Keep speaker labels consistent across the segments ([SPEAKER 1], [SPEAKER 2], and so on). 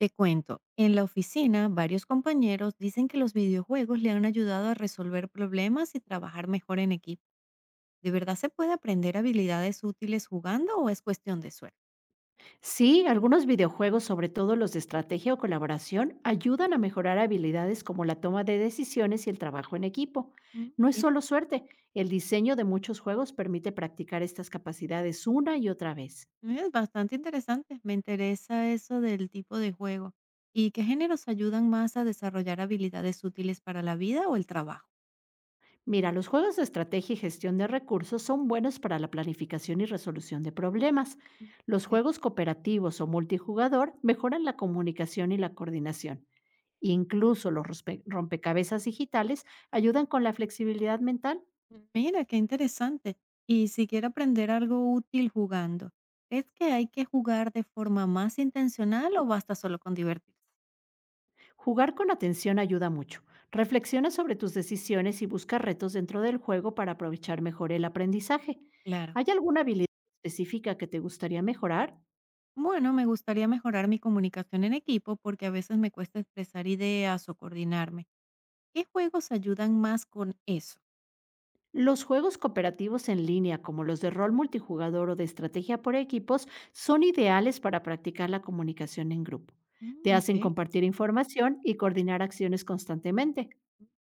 [SPEAKER 1] Te cuento, en la oficina varios compañeros dicen que los videojuegos le han ayudado a resolver problemas y trabajar mejor en equipo. ¿De verdad se puede aprender habilidades útiles jugando o es cuestión de suerte?
[SPEAKER 2] Sí, algunos videojuegos, sobre todo los de estrategia o colaboración, ayudan a mejorar habilidades como la toma de decisiones y el trabajo en equipo.
[SPEAKER 1] Mm,
[SPEAKER 2] No es
[SPEAKER 1] mira,
[SPEAKER 2] solo suerte, el diseño de muchos juegos permite practicar estas capacidades una y otra vez.
[SPEAKER 1] mira, es bastante interesante. Me interesa eso del tipo de juego. ¿Y qué géneros ayudan más a desarrollar habilidades útiles para la vida o el trabajo?
[SPEAKER 2] Mira, los juegos de estrategia y gestión de recursos son buenos para la planificación y resolución de problemas.
[SPEAKER 1] Mm.
[SPEAKER 2] Los juegos cooperativos o multijugador mejoran la comunicación y la coordinación. Incluso los rompecabezas digitales ayudan con la flexibilidad mental.
[SPEAKER 1] Mira, qué interesante. Y si quiero aprender algo útil jugando, ¿es que hay que jugar de forma más intencional o basta solo con divertirse?
[SPEAKER 2] Jugar con atención ayuda mucho. Reflexiona sobre tus decisiones y busca retos dentro del juego para aprovechar mejor el aprendizaje.
[SPEAKER 1] Claro.
[SPEAKER 2] ¿Hay alguna habilidad específica que te gustaría mejorar?
[SPEAKER 1] Bueno, me gustaría mejorar mi comunicación en equipo porque a veces me cuesta expresar ideas o coordinarme. ¿Qué juegos ayudan más con eso?
[SPEAKER 2] Los juegos cooperativos en línea, como los de rol multijugador o de estrategia por equipos, son ideales para practicar la comunicación en grupo.
[SPEAKER 1] Mm,
[SPEAKER 2] Te hacen
[SPEAKER 1] ok.
[SPEAKER 2] compartir información y coordinar acciones constantemente.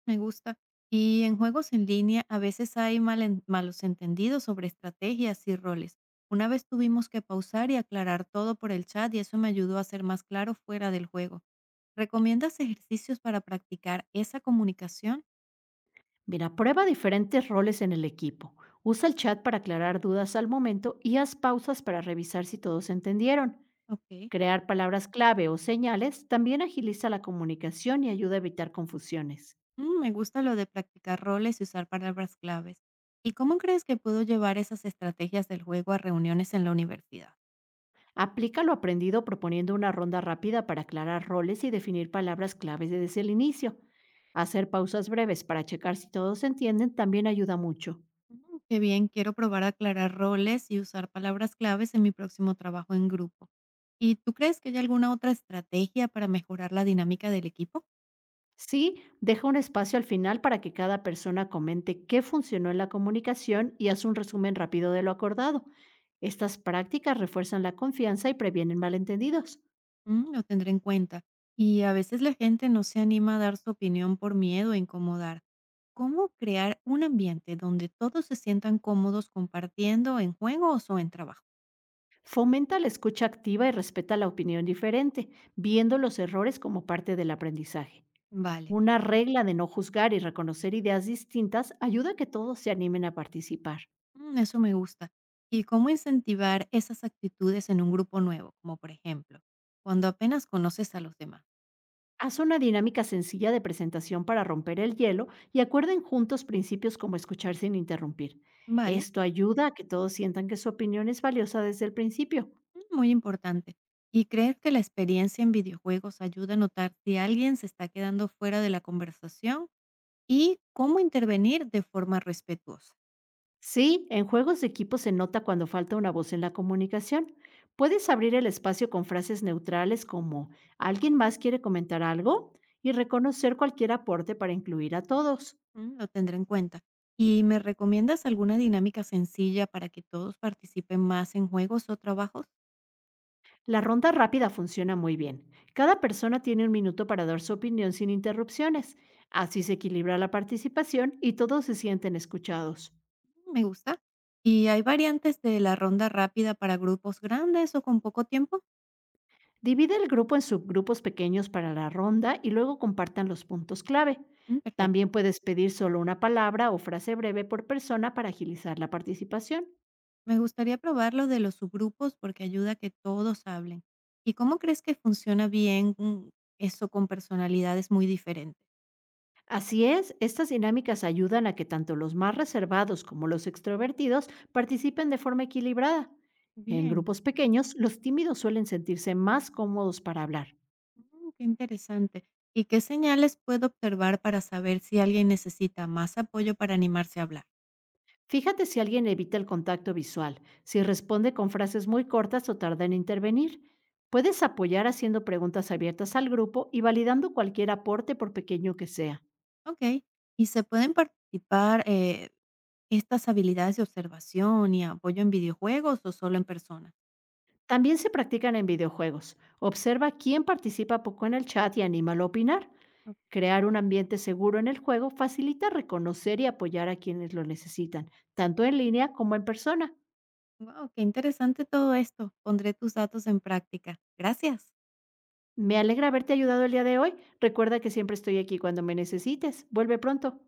[SPEAKER 1] Me gusta. Y en juegos en línea a veces hay malos entendidos sobre estrategias y roles. Una vez tuvimos que pausar y aclarar todo por el chat y eso me ayudó a ser más claro fuera del juego. ¿Recomiendas ejercicios para practicar esa comunicación?
[SPEAKER 2] Mira, prueba diferentes roles en el equipo. Usa el chat para aclarar dudas al momento y haz pausas para revisar si todos entendieron.
[SPEAKER 1] Ok.
[SPEAKER 2] Crear palabras clave o señales también agiliza la comunicación y ayuda a evitar confusiones.
[SPEAKER 1] Me gusta lo de practicar roles y usar palabras claves. ¿Y cómo crees que puedo llevar esas estrategias del juego a reuniones en la universidad?
[SPEAKER 2] Aplica lo aprendido proponiendo una ronda rápida para aclarar roles y definir palabras claves desde el inicio. Hacer pausas breves para checar si todos entienden también ayuda mucho.
[SPEAKER 1] Qué bien, quiero probar a aclarar roles y usar palabras claves en mi próximo trabajo en grupo. ¿Y tú crees que hay alguna otra estrategia para mejorar la dinámica del equipo?
[SPEAKER 2] Sí, deja un espacio al final para que cada persona comente qué funcionó en la comunicación y haz un resumen rápido de lo acordado. Estas prácticas refuerzan la confianza y previenen malentendidos.
[SPEAKER 1] Lo tendré en cuenta. Y a veces la gente no se anima a dar su opinión por miedo a incomodar. ¿Cómo crear un ambiente donde todos se sientan cómodos compartiendo en juegos o en trabajo?
[SPEAKER 2] Fomenta la escucha activa y respeta la opinión diferente, viendo los errores como parte del aprendizaje.
[SPEAKER 1] Vale,
[SPEAKER 2] Una regla de no juzgar y reconocer ideas distintas ayuda a que todos se animen a participar.
[SPEAKER 1] eso me gusta. ¿Y cómo incentivar esas actitudes en un grupo nuevo, como por ejemplo, cuando apenas conoces a los demás?
[SPEAKER 2] Haz una dinámica sencilla de presentación para romper el hielo y acuerden juntos principios como escuchar sin interrumpir.
[SPEAKER 1] Vale,
[SPEAKER 2] Esto ayuda a que todos sientan que su opinión es valiosa desde el principio.
[SPEAKER 1] muy importante. ¿Y crees que la experiencia en videojuegos ayuda a notar si alguien se está quedando fuera de la conversación y cómo intervenir de forma respetuosa?
[SPEAKER 2] Sí, en juegos de equipo se nota cuando falta una voz en la comunicación. Puedes abrir el espacio con frases neutrales como ¿alguien más quiere comentar algo? Y reconocer cualquier aporte para incluir a todos.
[SPEAKER 1] Lo tendré en cuenta. ¿Y me recomiendas alguna dinámica sencilla para que todos participen más en juegos o trabajos?
[SPEAKER 2] La ronda rápida funciona muy bien. Cada persona tiene un minuto para dar su opinión sin interrupciones. Así se equilibra la participación y todos se sienten escuchados.
[SPEAKER 1] Me gusta. ¿Y hay variantes de la ronda rápida para grupos grandes o con poco tiempo?
[SPEAKER 2] Divide el grupo en subgrupos pequeños para la ronda y luego compartan los puntos clave.
[SPEAKER 1] Perfecto.
[SPEAKER 2] También puedes pedir solo una palabra o frase breve por persona para agilizar la participación.
[SPEAKER 1] Me gustaría probar lo de los subgrupos porque ayuda a que todos hablen. ¿Y cómo crees que funciona bien, eso con personalidades muy diferentes?
[SPEAKER 2] Así es, estas dinámicas ayudan a que tanto los más reservados como los extrovertidos participen de forma equilibrada. En
[SPEAKER 1] Bien,
[SPEAKER 2] grupos pequeños, los tímidos suelen sentirse más cómodos para hablar.
[SPEAKER 1] qué interesante. ¿Y qué señales puedo observar para saber si alguien necesita más apoyo para animarse a hablar?
[SPEAKER 2] Fíjate si alguien evita el contacto visual, si responde con frases muy cortas o tarda en intervenir. Puedes apoyar haciendo preguntas abiertas al grupo y validando cualquier aporte por pequeño que sea.
[SPEAKER 1] Ok. ¿Y se pueden participar estas habilidades de observación y apoyo en videojuegos o solo en persona?
[SPEAKER 2] También se practican en videojuegos. Observa quién participa poco en el chat y anímalo a opinar. Crear un ambiente seguro en el juego facilita reconocer y apoyar a quienes lo necesitan, tanto en línea como en persona.
[SPEAKER 1] Wow, qué interesante todo esto. Pondré tus datos en práctica. Gracias.
[SPEAKER 2] Me alegra haberte ayudado el día de hoy. Recuerda que siempre estoy aquí cuando me necesites. Vuelve pronto.